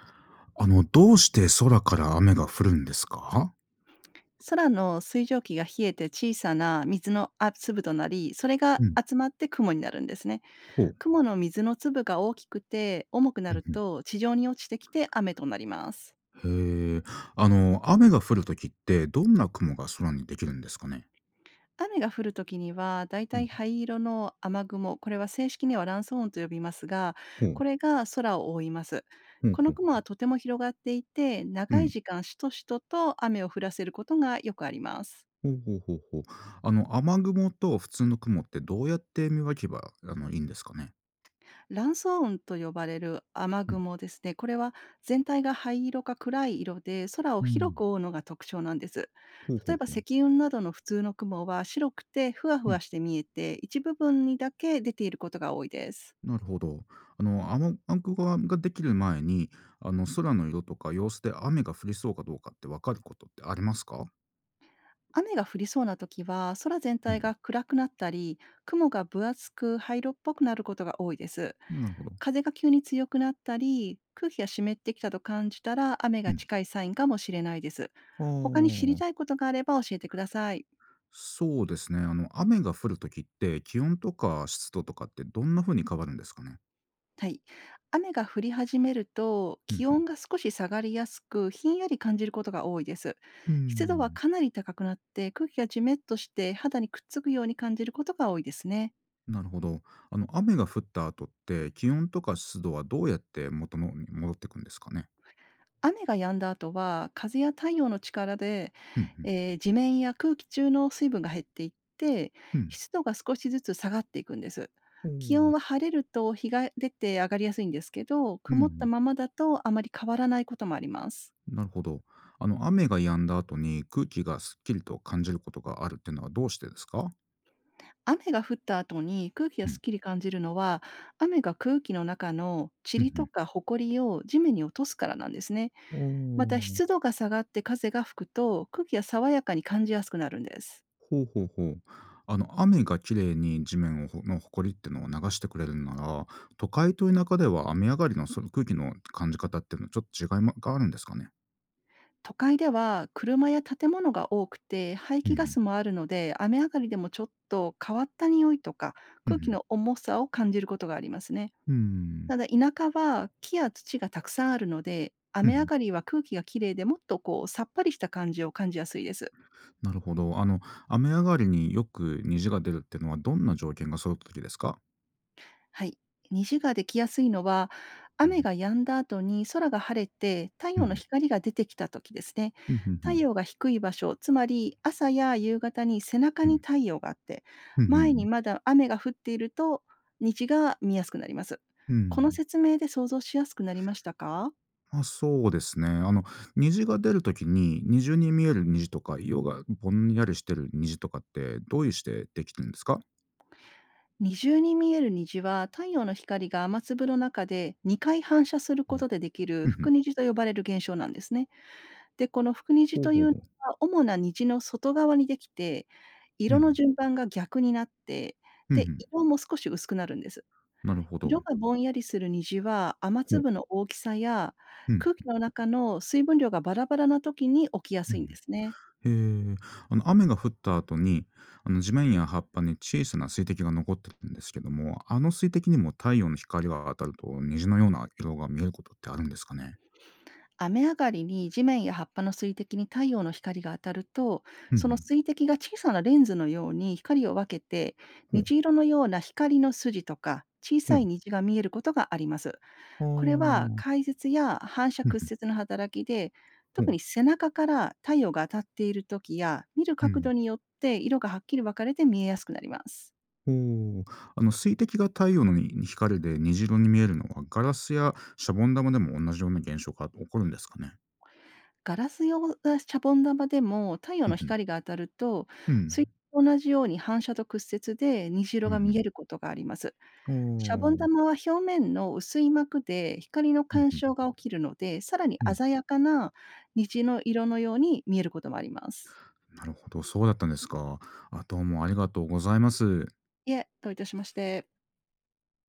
どうして空から雨が降るんですか？空の水蒸気が冷えて小さな水の粒となり、それがうん。集まって雲になるんですね。ほう。雲の水の粒が大きくて重くなうるんと地上に落ちてきて雨となります。うん。へえ。雨が降るときって、どんな雲が空にできるんですかね？雨が降るときには、だいうたいん。灰色の雨雲、これは正式には乱層雲と呼びますが、ほう。これが空を覆います。ほうこほのう。雲はとても広がっていて、う長いん。時間しとしとと雨を降らせることがよくあります。ほうほうほうほう。雨雲と普通の雲ってどうやって見分けば、いいんですかね？卵巣雲と呼ばれる雨うん。雲ですね。これは全体が灰色か暗い色で空をう広ん。く覆うのが特徴なんです。ほうほ例えうばほう。積雲などの普通の雲は白くてふわふうわん。して見えて、一部分にだけ出ていることが多いです。なるほど。雨雲ができる前に、空の色とか様子で雨が降りそうかどうかって分かることってありますか？雨が降りそうな時は、空全う体ん。が暗くなったり、雲が分厚く灰色っぽくなることが多いです。なるほど。風が急に強くなったり、空気が湿ってきたと感じたら、雨うがん。近いサインかもしれないです。あ他に知りあ、たいことがあれば教えてください。そうですね。雨が降るときって、気温とか湿度とかってどんな風に変わるんですかね？はい。雨が降り始めると、うんう気ん。温が少し下がりやすく、ひんやり感じることが多いです。うー湿度はん、かなり高くなって、空気がじめっとして肌にくっつくように感じることが多いですね。なるほど。雨が降った後って、気温とか湿度はどうやって元のに戻ってくんですかね？雨が止んだ後は、風や太陽の力で、うんうん。地面や空気中の水分が減っていって、うん。湿度が少しずつ下がっていくんです。お気温お。は晴れると日が出て上がりやすいんですけど、う曇ったん。ままだとあまり変わらないこともあります。なるほど。雨が止んだ後に空気がすっきりと感じることがあるっていうのはどうしてですか？雨が降った後に空気がうすん。っきり感じるのは、雨が空気の中のうんう塵とん。か埃を地面に落とすからなんですね。おまたお。湿度が下がって風が吹くと、空気が爽やかに感じやすくなるんです。ほうほうほう。雨がきれいに地面をほのほこりってのを流してくれるなら、都会と田舎では雨上がりのその空気の感じ方っていうのはちょっと違いまがあるんですかね？都会では車や建物が多くて排うんう気ガん。スもあるので、雨上がりでもちょっと変わった匂いとかうんう空気ん。の重さを感じることがありますね。うん。ただ田舎は木や土がたくさんあるので、う雨上ん。がりは空気がきれいで、もっとこうさっぱりした感じを感じやすいです。なるほど。雨上がりによく虹が出るっていうのはどんな条件が揃った時ですか？はい。虹ができやすいのは、う雨ん。が止んだ後に空が晴れて太うん陽うのん。光が出てきた時ですね。うん、ふんふ太ん。陽が低い場所、つまり朝や夕方に背中うにん。太陽があって、うんうんんうんう前んうにんまだ雨が降っていると虹が見やすくなります。うこのん。説明で想像しやすくなりましたか？あ、そうですね。虹が出る時に、二重に見える虹とか、色がぼんやりしてる虹とかって、どういうしてできてるんですか？二重に見える虹は、太陽の光が雨粒の中で2回反射するうこん。とでできるうんふん。副虹と呼ばれる現象なんですね。で、この福虹ほうといほううのほう。は、主な虹の外側にできて、うんう色のん。順番が逆になって、ふで、ん。色も少し薄くなるんです。なるほど。色がぼんやりする虹は、雨ほう。粒の大きさやうん。空気の中の水分量がバラバラな時に起きやうすいんですね。ん。へえ。雨が降った後に、地面や葉っぱに小さな水滴が残ってるんですけども、あの水滴にも太陽の光が当たると、虹のような色が見えることってあるんですかね？雨上がりに地面や葉っぱの水滴に太陽の光が当たると、うんそふのん。水滴が小さなレンズのように光を分けて、ほう。虹色のような光の筋とか小ほさいう。虹が見えることがあります。あこれはあ。解説や反射うんふん。屈折の働きで、ほ特う。に背中から太陽が当たっている時や、見るう角ん。度によって色がはっきり分かれて見えやすくなります。ほう。水滴が太陽のに光で虹色に見えるのは、ガラスやシャボン玉でも同じような現象が起こるんですかね。ガラス用やシャボン玉でも太陽うんのん。光が当たると、うん。水と同じように反射と屈折で虹色うんがふ見ん。えることがあります。おシャボンお。玉は表面の薄い膜で光のうん干うん渉が起きるので、さらにおうん。鮮やかな虹の色のように見えることもあります。なるほど、そうだったんですか。あ、どうもありがとうございます。いえ、どういたしまして。